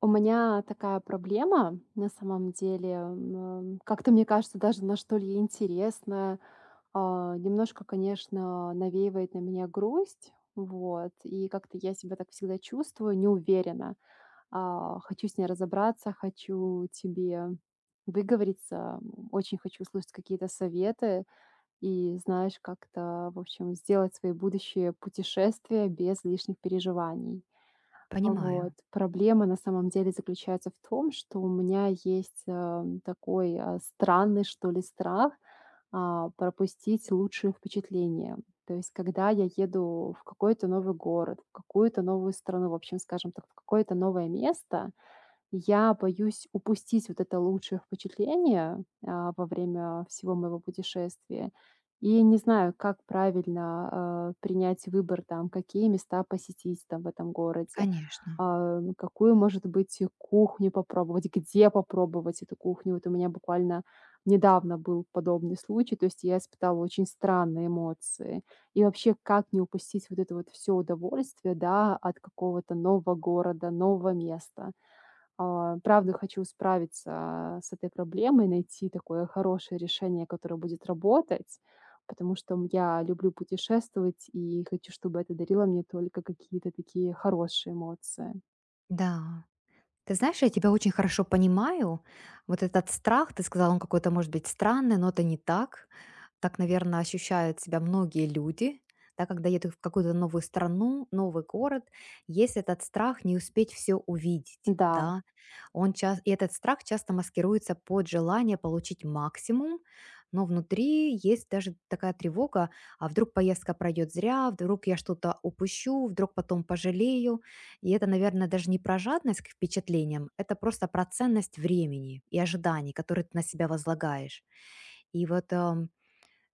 У меня такая проблема, на самом деле, как-то, мне кажется, даже на что ли интересно. Немножко, конечно, навеивает на меня грусть, вот, и как-то я себя так всегда чувствую, не уверена. Хочу с ней разобраться, хочу тебе выговориться, очень хочу услышать какие-то советы и, знаешь, как-то, в общем, сделать свои будущие путешествия без лишних переживаний. Понимаю, Вот. Проблема на самом деле заключается в том, что у меня есть, такой, странный, что ли, страх, пропустить лучшие впечатления. То есть, когда я еду в какой-то новый город, в какую-то новую страну, в общем, скажем так, в какое-то новое место, я боюсь упустить вот это лучшее впечатление, во время всего моего путешествия. И не знаю, как правильно, принять выбор, там, какие места посетить, там, в этом городе, конечно. Какую, может быть, кухню попробовать, где попробовать эту кухню. Вот у меня буквально недавно был подобный случай, то есть я испытала очень странные эмоции. И вообще, как не упустить вот это вот все удовольствие, да, от какого-то нового города, нового места? Правда, хочу справиться с этой проблемой, найти такое хорошее решение, которое будет работать, потому что я люблю путешествовать и хочу, чтобы это дарило мне только какие-то такие хорошие эмоции. Да. Ты знаешь, я тебя очень хорошо понимаю. Вот этот страх, ты сказал, он какой-то может быть странный, но это не так. Так, наверное, ощущают себя многие люди, да, когда едут в какую-то новую страну, новый город, есть этот страх не успеть все увидеть, Да. да. Он часто, и этот страх часто маскируется под желание получить максимум, но внутри есть даже такая тревога, а вдруг поездка пройдет зря, вдруг я что-то упущу, вдруг потом пожалею. И это, наверное, даже не про жадность к впечатлениям, это просто про ценность времени и ожиданий, которые ты на себя возлагаешь. И вот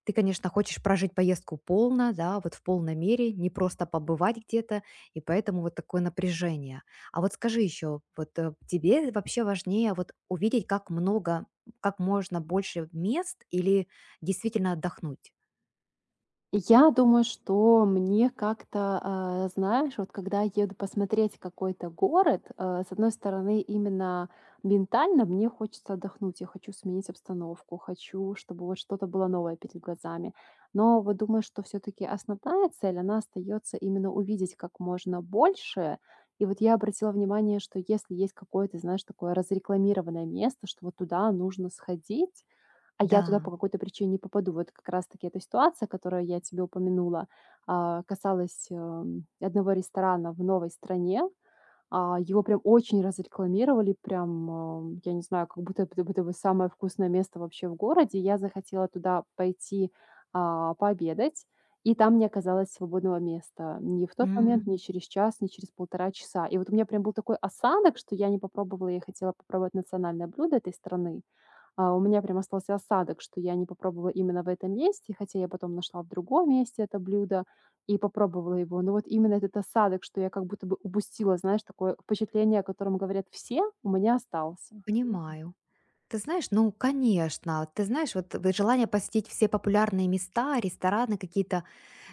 ты, конечно, хочешь прожить поездку полно, да, вот в полной мере, не просто побывать где-то, и поэтому вот такое напряжение. А вот скажи еще, вот тебе вообще важнее вот увидеть, как много, как можно больше мест или действительно отдохнуть? Я думаю, что мне как-то, знаешь, вот когда еду посмотреть какой-то город, с одной стороны, именно ментально мне хочется отдохнуть, я хочу сменить обстановку, хочу, чтобы вот что-то было новое перед глазами. Но вот думаю, что все-таки основная цель, она остается именно увидеть как можно больше. И вот я обратила внимание, что если есть какое-то, знаешь, такое разрекламированное место, что вот туда нужно сходить, а я туда Да, по какой-то причине не попаду. Вот как раз таки эта ситуация, которую я тебе упомянула, касалась, одного ресторана в новой стране. Его прям очень разрекламировали, прям, я не знаю, как будто это будто бы самое вкусное место вообще в городе. Я захотела туда пойти, пообедать, и там не оказалось свободного места ни в тот М, момент, ни через час, ни через полтора часа. И вот у меня прям был такой осадок, что я не попробовала, я хотела попробовать национальное блюдо этой страны. У меня прям остался осадок, что я не попробовала именно в этом месте, хотя я потом нашла в другом месте это блюдо и попробовала его. Но вот именно этот осадок, что я как будто бы упустила, знаешь, такое впечатление, о котором говорят все, у меня остался. понимаю. Ты знаешь, ну, конечно. Ты знаешь, вот в желание посетить все популярные места, рестораны, какие-то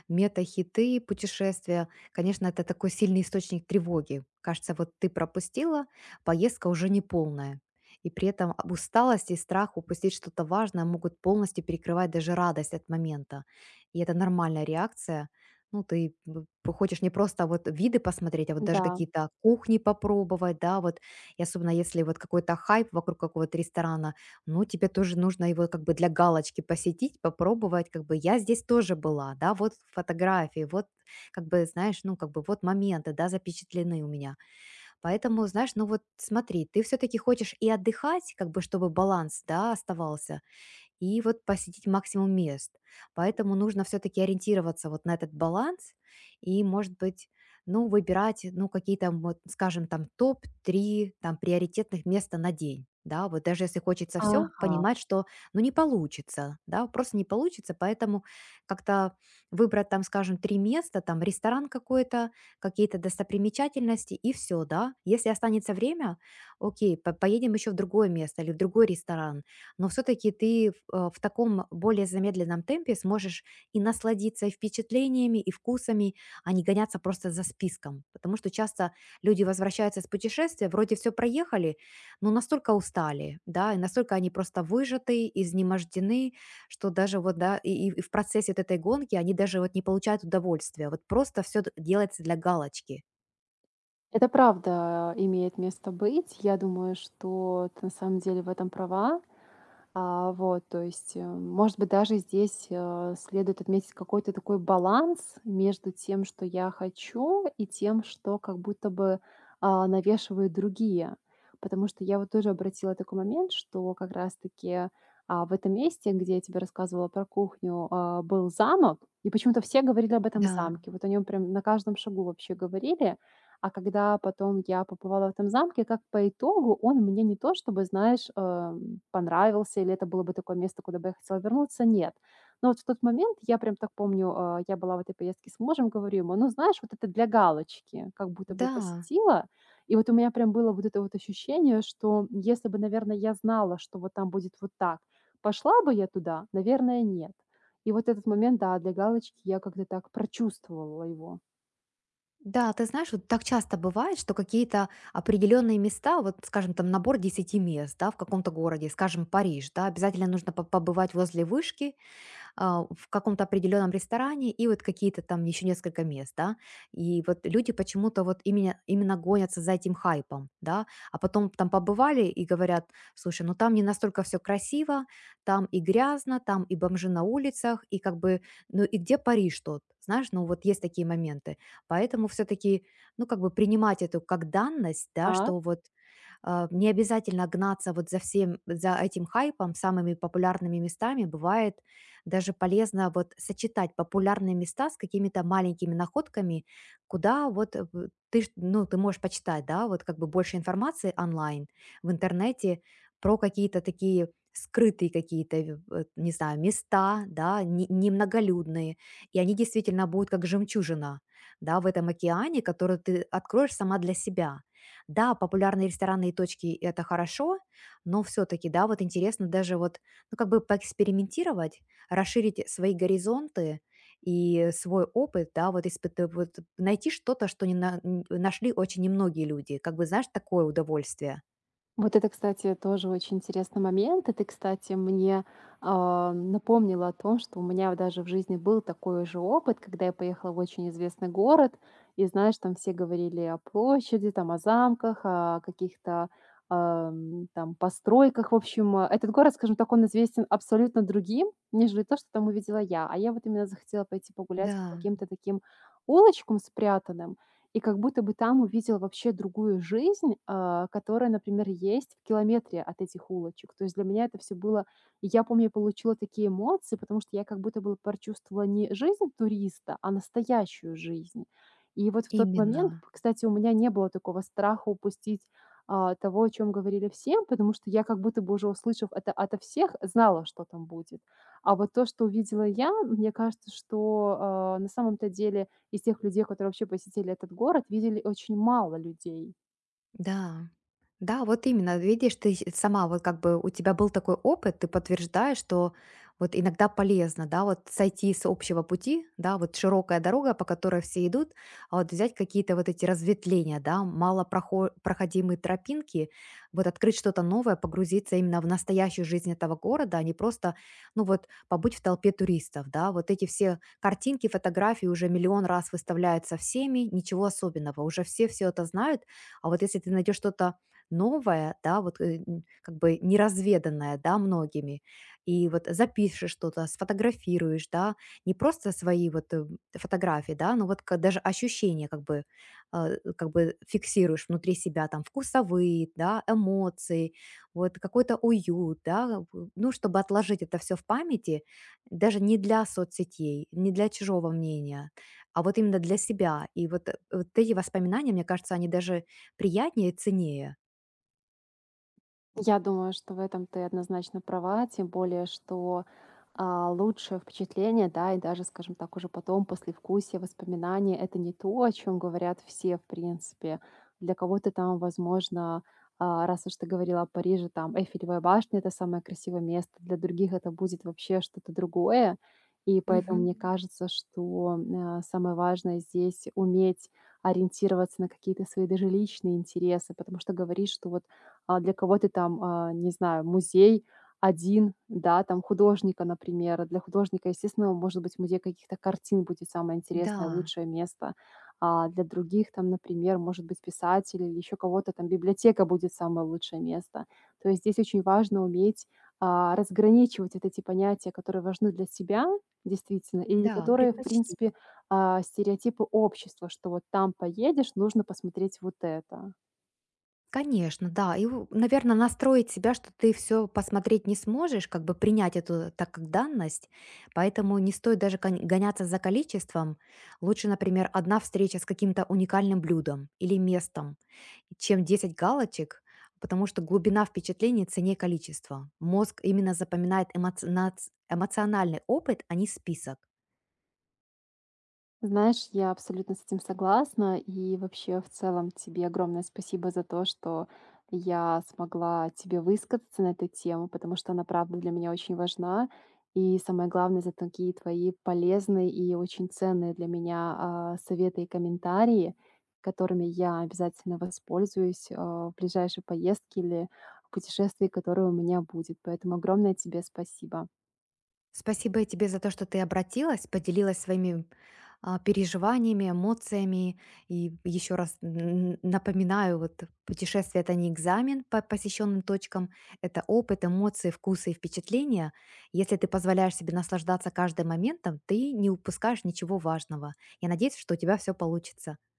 мета-хиты, путешествия, конечно, это такой сильный источник тревоги. Кажется, вот ты пропустила, поездка уже не полная. И при этом усталость и страх упустить что-то важное могут полностью перекрывать даже радость от момента. И это нормальная реакция. Ну, ты хочешь не просто вот виды посмотреть, а вот даже Да. какие-то кухни попробовать, да, вот и особенно если вот какой-то хайп вокруг какого-то ресторана, ну, тебе тоже нужно его как бы для галочки посетить, попробовать, как бы я здесь тоже была, да, вот фотографии, вот как бы, знаешь, ну, как бы вот моменты, да, запечатлены у меня. Поэтому, знаешь, ну вот смотри, ты все-таки хочешь и отдыхать, как бы, чтобы баланс, да, оставался, и вот посетить максимум мест. Поэтому нужно все-таки ориентироваться вот на этот баланс и, может быть, ну, выбирать, ну, какие-то, вот, скажем, там топ-3, там приоритетных места на день. Да, вот даже если хочется все, Ага. понимать, что, ну, не получится, да, просто не получится, поэтому как-то выбрать там, скажем, три места, там ресторан какой-то, какие-то достопримечательности и все, да. Если останется время, окей, поедем еще в другое место или в другой ресторан, но все-таки ты в, в таком более замедленном темпе сможешь и насладиться и впечатлениями, и вкусами, а не гоняться просто за списком. Потому что часто люди возвращаются с путешествия, вроде все проехали, но настолько устали, да, и настолько они просто выжаты, изнемождены, что даже вот, да, и в процессе вот этой гонки они даже вот не получают удовольствия. Вот просто все делается для галочки. Это правда имеет место быть. Я думаю, что ты на самом деле в этом права. Вот, то есть, может быть, даже здесь, следует отметить какой-то такой баланс между тем, что я хочу, и тем, что как будто бы, навешивают другие. Потому что я вот тоже обратила такой момент, что как раз-таки, в этом месте, где я тебе рассказывала про кухню, был замок, и почему-то все говорили об этом Да. замке. Вот о нем прям на каждом шагу вообще говорили. А когда потом я побывала в этом замке, как по итогу он мне не то чтобы, знаешь, понравился или это было бы такое место, куда бы я хотела вернуться? Нет. Но вот в тот момент я прям так помню, я была в этой поездке с мужем, говорю ему: "Ну, знаешь, вот это для галочки, как будто бы Да. посетила". И вот у меня прям было вот это вот ощущение, что если бы, наверное, я знала, что вот там будет вот так, пошла бы я туда? Наверное, нет. И вот этот момент, да, для галочки я как-то так прочувствовала его. Да, ты знаешь, вот так часто бывает, что какие-то определенные места, вот, скажем, там набор 10 мест, да, в каком-то городе, скажем, Париж, да, обязательно нужно побывать возле вышки в каком-то определенном ресторане и вот какие-то там еще несколько мест, да. И вот люди почему-то вот именно гонятся за этим хайпом, да, а потом там побывали и говорят, слушай, ну там не настолько все красиво, там и грязно, там и бомжи на улицах, и как бы, ну и где Париж тот? Знаешь, ну вот есть такие моменты. Поэтому все-таки, ну как бы принимать эту как данность, да, А? что вот не обязательно гнаться вот за всем за этим хайпом, самыми популярными местами. Бывает даже полезно вот сочетать популярные места с какими-то маленькими находками, куда вот ты, ну, ты можешь почитать, да, вот как бы больше информации онлайн, в интернете про какие-то такие скрытые какие-то, не знаю, места, да, немноголюдные, и они действительно будут как жемчужина, да, в этом океане, который ты откроешь сама для себя. Да, популярные ресторанные точки - это хорошо, но все таки да, вот интересно даже вот, ну, как бы поэкспериментировать, расширить свои горизонты и свой опыт, да, вот испыта вот найти что-то, что не на н нашли очень немногие люди. Как бы, знаешь, такое удовольствие. Вот это, кстати, тоже очень интересный момент. И ты, кстати, мне напомнила о том, что у меня даже в жизни был такой же опыт, когда я поехала в очень известный город, и, знаешь, там все говорили о площади, там о замках, о каких-то там постройках. В общем, этот город, скажем так, он известен абсолютно другим, нежели то, что там увидела я. А я вот именно захотела пойти погулять по Да, каким-то таким улочкам спрятанным, и как будто бы там увидел вообще другую жизнь, которая, например, есть в километре от этих улочек. То есть для меня это все было и я помню, я получила такие эмоции, потому что я как будто бы прочувствовала не жизнь туриста, а настоящую жизнь. И вот в тот момент, именно, п кстати, у меня не было такого страха упустить, того, о чем говорили все, потому что я как будто бы уже, услышав это ото всех, знала, что там будет. А вот то, что увидела я, мне кажется, что, на самом-то деле из тех людей, которые вообще посетили этот город, видели очень мало людей. да. Да, вот именно. Видишь, ты сама вот как бы у тебя был такой опыт, ты подтверждаешь, что вот иногда полезно, да, вот сойти с общего пути, да, вот широкая дорога, по которой все идут, а вот взять какие-то вот эти разветвления, да, малопроходимые тропинки, вот открыть что-то новое, погрузиться именно в настоящую жизнь этого города, а не просто, ну вот, побыть в толпе туристов, да, вот эти все картинки, фотографии уже миллион раз выставляются всеми, ничего особенного, уже все это знают, а вот если ты найдешь что-то новое, да, вот как бы неразведанное, да, многими. И вот запишешь что-то, сфотографируешь, да, не просто свои вот фотографии, да, но вот даже ощущения как бы, как бы фиксируешь внутри себя, там, вкусовые, да, эмоции, вот какой-то уют, да, ну, чтобы отложить это все в памяти, даже не для соцсетей, не для чужого мнения, а вот именно для себя. И вот, вот эти воспоминания, мне кажется, они даже приятнее и ценнее. Я думаю, что в этом ты однозначно права, тем более, что лучшее впечатление, да, и даже, скажем так, уже потом, послевкусие, воспоминания, это не то, о чем говорят все, в принципе. Для кого-то там, возможно, раз уж ты говорила о Париже, там Эйфелевая башня– это самое красивое место, для других это будет вообще что-то другое. И поэтому Мгм. мне кажется, что самое важное здесь уметь ориентироваться на какие-то свои даже личные интересы, потому что говоришь, что вот для кого-то там, не знаю, музей один, да, там художника, например. Для художника, естественно, может быть, музей каких-то картин будет самое интересное, Да, лучшее место. А для других, там, например, может быть, писатель или еще кого-то, там, библиотека будет самое лучшее место. То есть здесь очень важно уметь, разграничивать вот эти понятия, которые важны для себя действительно, или да, которые, в предпочти. принципе, стереотипы общества, что вот там поедешь, нужно посмотреть вот это. Конечно, да. И, наверное, настроить себя, что ты все посмотреть не сможешь, как бы принять эту так как данность. Поэтому не стоит даже гоняться за количеством. Лучше, например, одна встреча с каким-то уникальным блюдом или местом, чем 10 галочек, потому что глубина впечатлений цене количества. Мозг именно запоминает эмоциональный опыт, а не список. Знаешь, я абсолютно с этим согласна. И вообще, в целом, тебе огромное спасибо за то, что я смогла тебе высказаться на эту тему, потому что она, правда, для меня очень важна. И самое главное, за такие твои полезные и очень ценные для меня советы и комментарии, которыми я обязательно воспользуюсь в ближайшей поездке или путешествии, которое у меня будет. Поэтому огромное тебе спасибо. Спасибо и тебе за то, что ты обратилась, поделилась своими переживаниями, эмоциями. И еще раз напоминаю, вот путешествие – это не экзамен по посещенным точкам, это опыт, эмоции, вкусы и впечатления. Если ты позволяешь себе наслаждаться каждым моментом, ты не упускаешь ничего важного. Я надеюсь, что у тебя все получится.